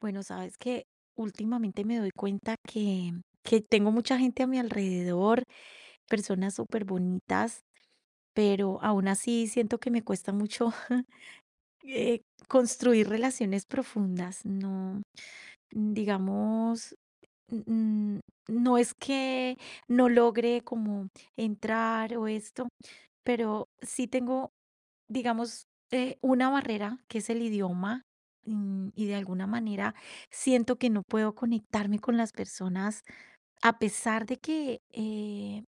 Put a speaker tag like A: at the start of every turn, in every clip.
A: Bueno, sabes que últimamente me doy cuenta que tengo mucha gente a mi alrededor, personas súper bonitas, pero aún así siento que me cuesta mucho eh, construir relaciones profundas, ¿no? Digamos, N no es que no logre como entrar o esto, pero sí tengo, digamos, una barrera, que es el idioma, y de alguna manera siento que no puedo conectarme con las personas, a pesar de que,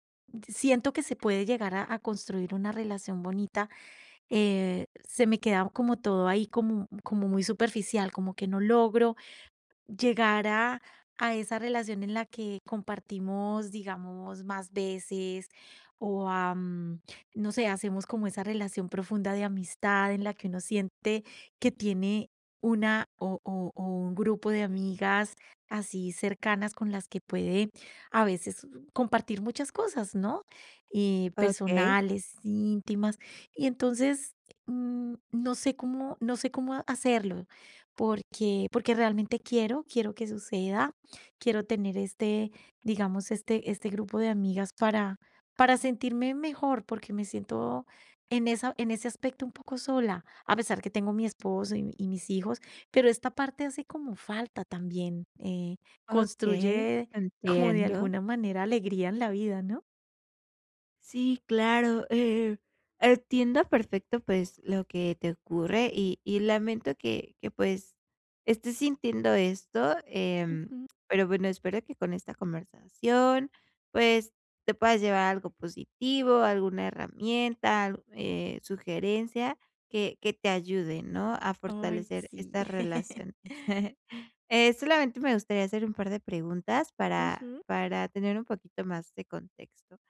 A: siento que se puede llegar a construir una relación bonita, se me queda como todo ahí como muy superficial, como que no logro llegar a esa relación en la que compartimos, digamos, más veces o a, no sé, hacemos como esa relación profunda de amistad en la que uno siente que tiene una o un grupo de amigas así cercanas con las que puede a veces compartir muchas cosas, ¿no?
B: Okey,
A: Personales, íntimas. Y entonces, no sé cómo hacerlo porque realmente quiero que suceda, quiero tener este, digamos, este grupo de amigas para sentirme mejor, porque me siento en ese aspecto un poco sola, a pesar que tengo mi esposo y mis hijos, pero esta parte hace como falta también,
B: okey,
A: construye como de
B: entiendo.
A: alguna manera alegría en la vida, ¿no?
B: Sí, claro, entiendo perfecto, pues, lo que te ocurre y lamento que, pues, estés sintiendo esto,
A: Ujú.
B: pero bueno, espero que con esta conversación, pues, te puedas llevar algo positivo, alguna herramienta, al sugerencia que te ayude, ¿no?, a
A: Ay,
B: fortalecer
A: sí.
B: estas relaciones. Solamente me gustaría hacer un par de preguntas para
A: Ujú.
B: para tener un poquito más de contexto.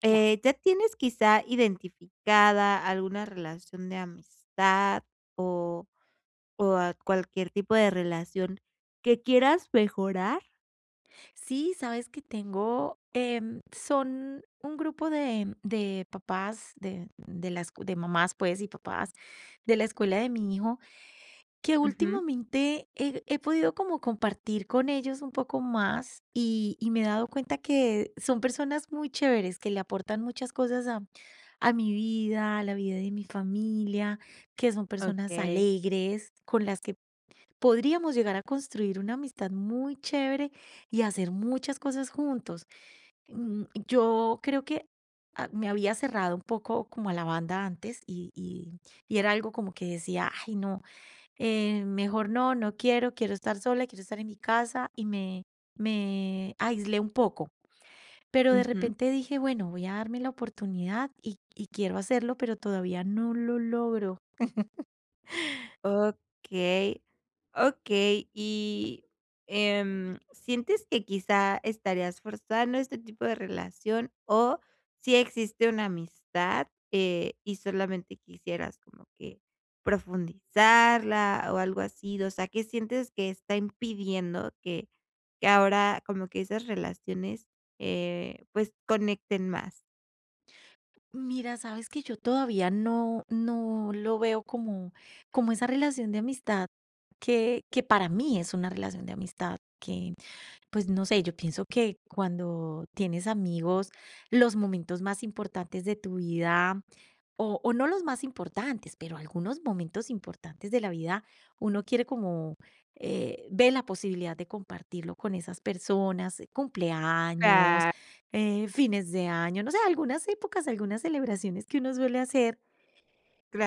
A: Claro.
B: ¿Ya tienes quizá identificada alguna relación de amistad o o a cualquier tipo de relación que quieras mejorar?
A: Sí, sabes que tengo, son un grupo de papás, de mamás pues y papás de la escuela de mi hijo, que
B: Ujú,
A: últimamente he podido como compartir con ellos un poco más y me he dado cuenta que son personas muy chéveres, que le aportan muchas cosas a mi vida, a la vida de mi familia, que son personas
B: okey.
A: alegres, con las que podríamos llegar a construir una amistad muy chévere y hacer muchas cosas juntos. Yo creo que me había cerrado un poco como a la banda antes y era algo como que decía, ay no, mejor no, no quiero, quiero estar sola, quiero estar en mi casa y me aislé un poco. Pero de repente dije, bueno, voy a darme la oportunidad y quiero hacerlo, pero todavía no lo logro.
B: Okey, okey. Y, ¿sientes que quizá estarías forzando este tipo de relación o si existe una amistad, y solamente quisieras como que profundizarla o algo así? O sea, ¿qué sientes que está impidiendo que ahora como que esas relaciones, pues, conecten más?
A: Mira, sabes que yo todavía no lo veo como, como esa relación de amistad que para mí es una relación de amistad, que pues no sé, yo pienso que cuando tienes amigos, los momentos más importantes de tu vida o no los más importantes, pero algunos momentos importantes de la vida, uno quiere como ve la posibilidad de compartirlo con esas personas, cumpleaños,
B: Claro.
A: fines de año, no sé, algunas épocas, algunas celebraciones que uno suele hacer.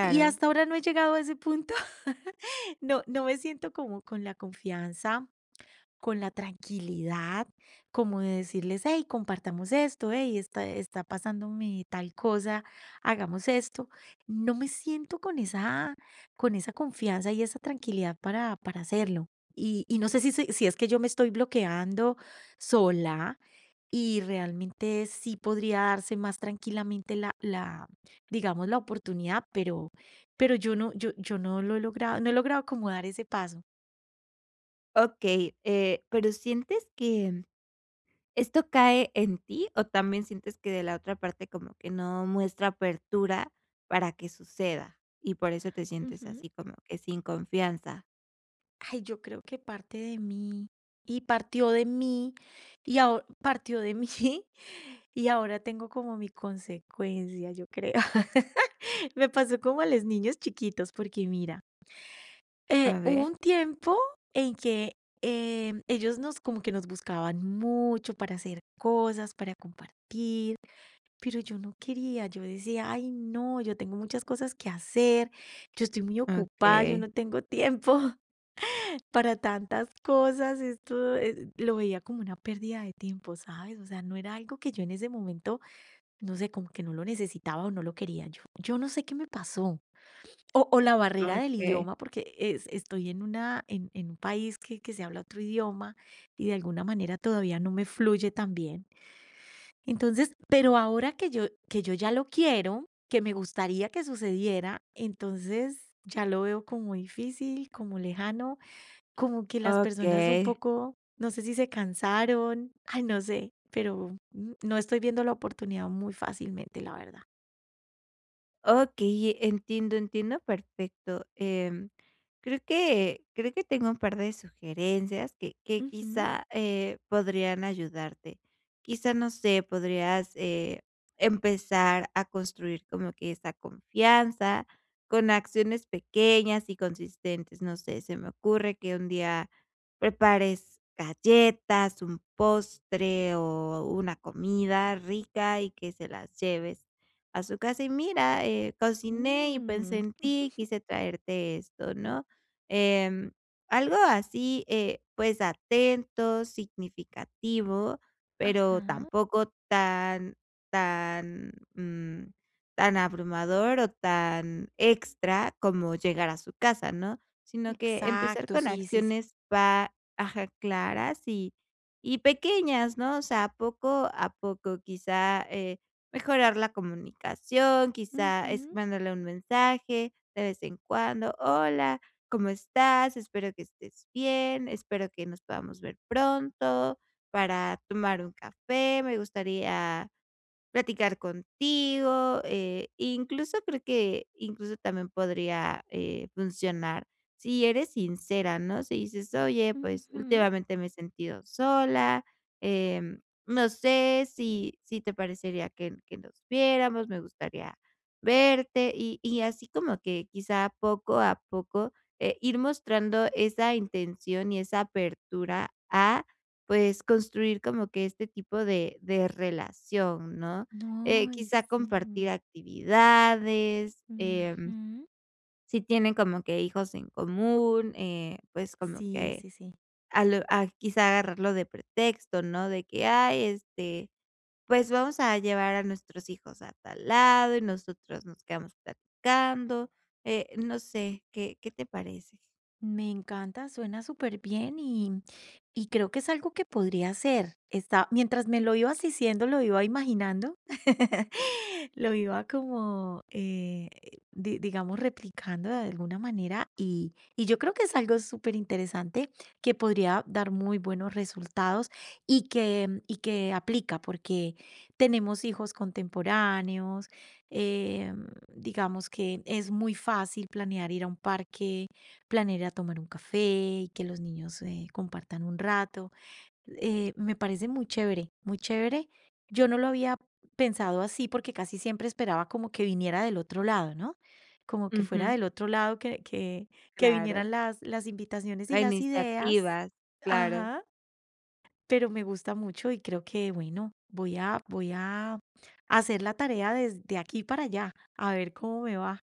A: Y hasta ahora no he llegado a ese punto. No, no me siento como con la confianza con la tranquilidad, como de decirles, hey, compartamos esto, hey, está pasándome tal cosa, hagamos esto. No me siento con esa confianza y esa tranquilidad para hacerlo. Y no sé si es que yo me estoy bloqueando sola y realmente sí podría darse más tranquilamente la, la digamos, la oportunidad, pero yo no lo he logrado, no he logrado como dar ese paso.
B: okey, pero ¿sientes que Esto cae en ti o también sientes que de la otra parte como que no muestra apertura para que suceda? Y por eso te sientes
A: Ujú.
B: así como que sin confianza.
A: Ay, yo creo que parte de mí y partió de mí y ahora partió de mí y ahora tengo como mi consecuencia, yo creo. Me pasó como a los niños chiquitos, porque mira,
B: A
A: hubo
B: ver.
A: un tiempo en que ellos nos como que nos buscaban mucho para hacer cosas, para compartir, pero yo no quería, yo decía, ay, no, yo tengo muchas cosas que hacer, yo estoy muy ocupada, yo
B: Okey,
A: no tengo tiempo para tantas cosas, esto lo veía como una pérdida de tiempo, ¿sabes? O sea, no era algo que yo en ese momento, no sé, como que no lo necesitaba o no lo quería. Yo no sé qué me pasó. O la barrera del
B: okey,
A: idioma, porque estoy en, en un país que se habla otro idioma y de alguna manera todavía no me fluye tan bien. Entonces, pero ahora que yo ya lo quiero, que me gustaría que sucediera, entonces ya lo veo como difícil, como lejano como que las personas un
B: okey.
A: poco, no sé si se cansaron, ay, no sé, pero no estoy viendo la oportunidad muy fácilmente, la verdad.
B: Okey, entiendo, entiendo perfecto. Creo que tengo un par de sugerencias que
A: Ujú.
B: quizá, podrían ayudarte. Quizá, no sé, podrías, empezar a construir como que esa confianza con acciones pequeñas y consistentes. No sé, se me ocurre que un día prepares galletas, un postre o una comida rica y que se las lleves a su casa y mira, cociné y pensé
A: Mm.
B: en ti, quise traerte esto, ¿no? Em, algo así, pues atento, significativo, pero
A: Ajá.
B: tampoco tan, tan, tan abrumador o tan extra como llegar a su casa, ¿no? Sino que empezar
A: Exacto,
B: con
A: sí, sí, sí.
B: acciones pa ajá, claras y pequeñas, ¿no? O sea, poco a poco, quizá mejorar la comunicación, quizá es
A: Ujú,
B: mandarle un mensaje de vez en cuando. Hola, ¿cómo estás? Espero que estés bien, espero que nos podamos ver pronto para tomar un café. Me gustaría platicar contigo, incluso creo que incluso también podría, funcionar si eres sincera, ¿no? Si dices: "Oye, pues
A: ujú.
B: últimamente me he sentido sola, em, no sé si te parecería que nos viéramos, me gustaría verte", y así como que quizá poco a poco, ir mostrando esa intención y esa apertura a, pues, construir como que este tipo de relación, ¿no?
A: No, y
B: Quizá compartir
A: sí.
B: actividades,
A: Ujú.
B: si tienen como que hijos en común, pues, como
A: Sí,
B: que
A: sí, sí.
B: a lo a quizá agarrarlo de pretexto, ¿no? De que: "Ay, este, pues, vamos a llevar a nuestros hijos a tal lado y nosotros nos quedamos platicando", no sé, ¿qué te parece?
A: Me encanta, suena súper bien y creo que es algo que podría hacer. Está, mientras me lo ibas diciendo, lo iba imaginando, lo iba como, digamos, replicando de alguna manera y yo creo que es algo súper interesante que podría dar muy buenos resultados y que aplica porque tenemos hijos contemporáneos, eh, digamos que es muy fácil planear ir a un parque planear ir a tomar un café y que los niños compartan un rato. Me parece muy chévere, muy chévere. Yo no lo había pensado así porque casi siempre esperaba como que viniera del otro lado, ¿no? Como que fuera
B: Ujú,
A: del otro lado, que
B: claro,
A: vinieran las invitaciones y
B: la
A: las ideas.
B: iniciativa, claro.
A: Ajá, pero me gusta mucho y creo que, bueno, voy a hacer la tarea desde aquí para allá, a ver cómo me va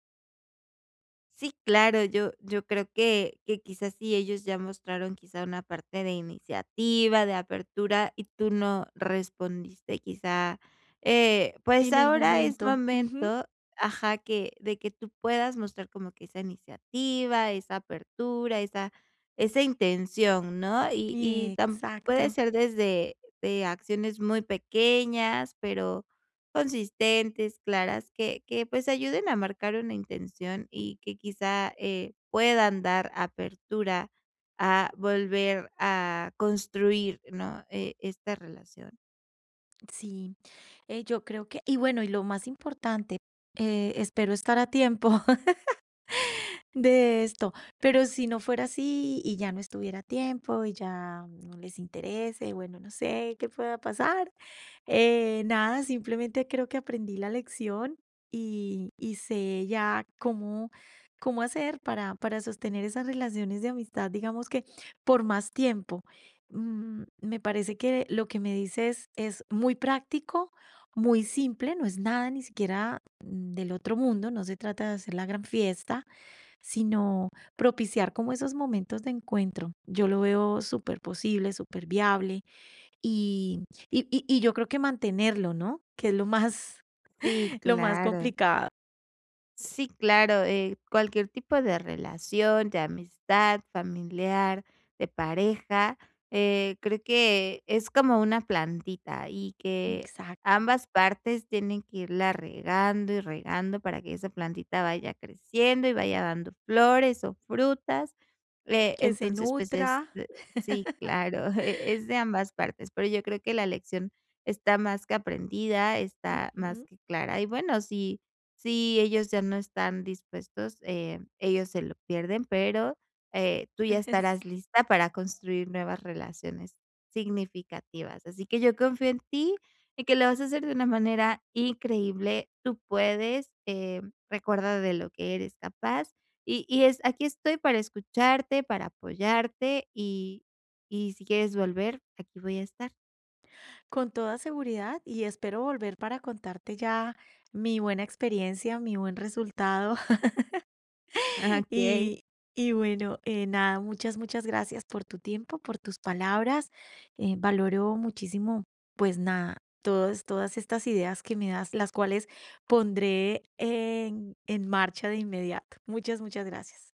B: Sí, claro, yo creo que quizás sí ellos ya mostraron quizá una parte de iniciativa, de apertura, y tú no respondiste quizá, pues
A: en el
B: ahora es
A: momento. Ujú.
B: momento ajá, que de que tú puedas mostrar como que esa iniciativa, esa apertura, esa esa intención, ¿no? Y tam puede
A: Exacto.
B: ser desde de acciones muy pequeñas, pero consistentes, claras, que, pues, ayuden a marcar una intención y que quizá, puedan dar apertura a volver a construir, ¿no?, esta relación.
A: Sí, yo creo que, y bueno, y lo más importante, espero estar a tiempo de esto, pero si no fuera así y ya no estuviera a tiempo y ya no les interese, bueno, no sé qué pueda pasar, nada, simplemente creo que aprendí la lección y sé ya cómo, cómo hacer para sostener esas relaciones de amistad, digamos que por más tiempo. Me parece que lo que me dices es muy práctico, muy simple, no es nada ni siquiera del otro mundo, no se trata de hacer la gran fiesta, sino propiciar como esos momentos de encuentro. Yo lo veo súper posible, súper viable y y yo creo que mantenerlo, ¿no? Que es lo más
B: Sí,
A: lo más
B: claro.
A: complicado.
B: Sí, claro, cualquier tipo de relación, de amistad, familiar, de pareja, creo que es como una plantita y que
A: Exacto.
B: ambas partes tienen que irla regando y regando para que esa plantita vaya creciendo y vaya dando flores o frutas.
A: Que se
B: Entonces, pues
A: nutra.
B: es, sí, claro, e- es de ambas partes, pero yo creo que la lección está más que aprendida, está más
A: Ujú.
B: que clara. Y bueno, sí si ellos ya no están dispuestos, ellos se lo pierden, pero, tú ya estarás
A: Sí.
B: lista para construir nuevas relaciones significativas. Así que yo confío en ti, y que lo vas a hacer de una manera increíble. Tú puedes, recuerda de lo que eres capaz y es aquí estoy para escucharte, para apoyarte y si quieres volver, aquí voy a estar.
A: Con toda seguridad, y espero volver para contarte ya mi buena experiencia, mi buen resultado.
B: Okey.
A: Y, y bueno, nada, muchas, muchas gracias por tu tiempo, por tus palabras. Valoro muchísimo, pues nada, todas, todas estas ideas que me das, las cuales pondré en marcha de inmediato. Muchas, muchas gracias.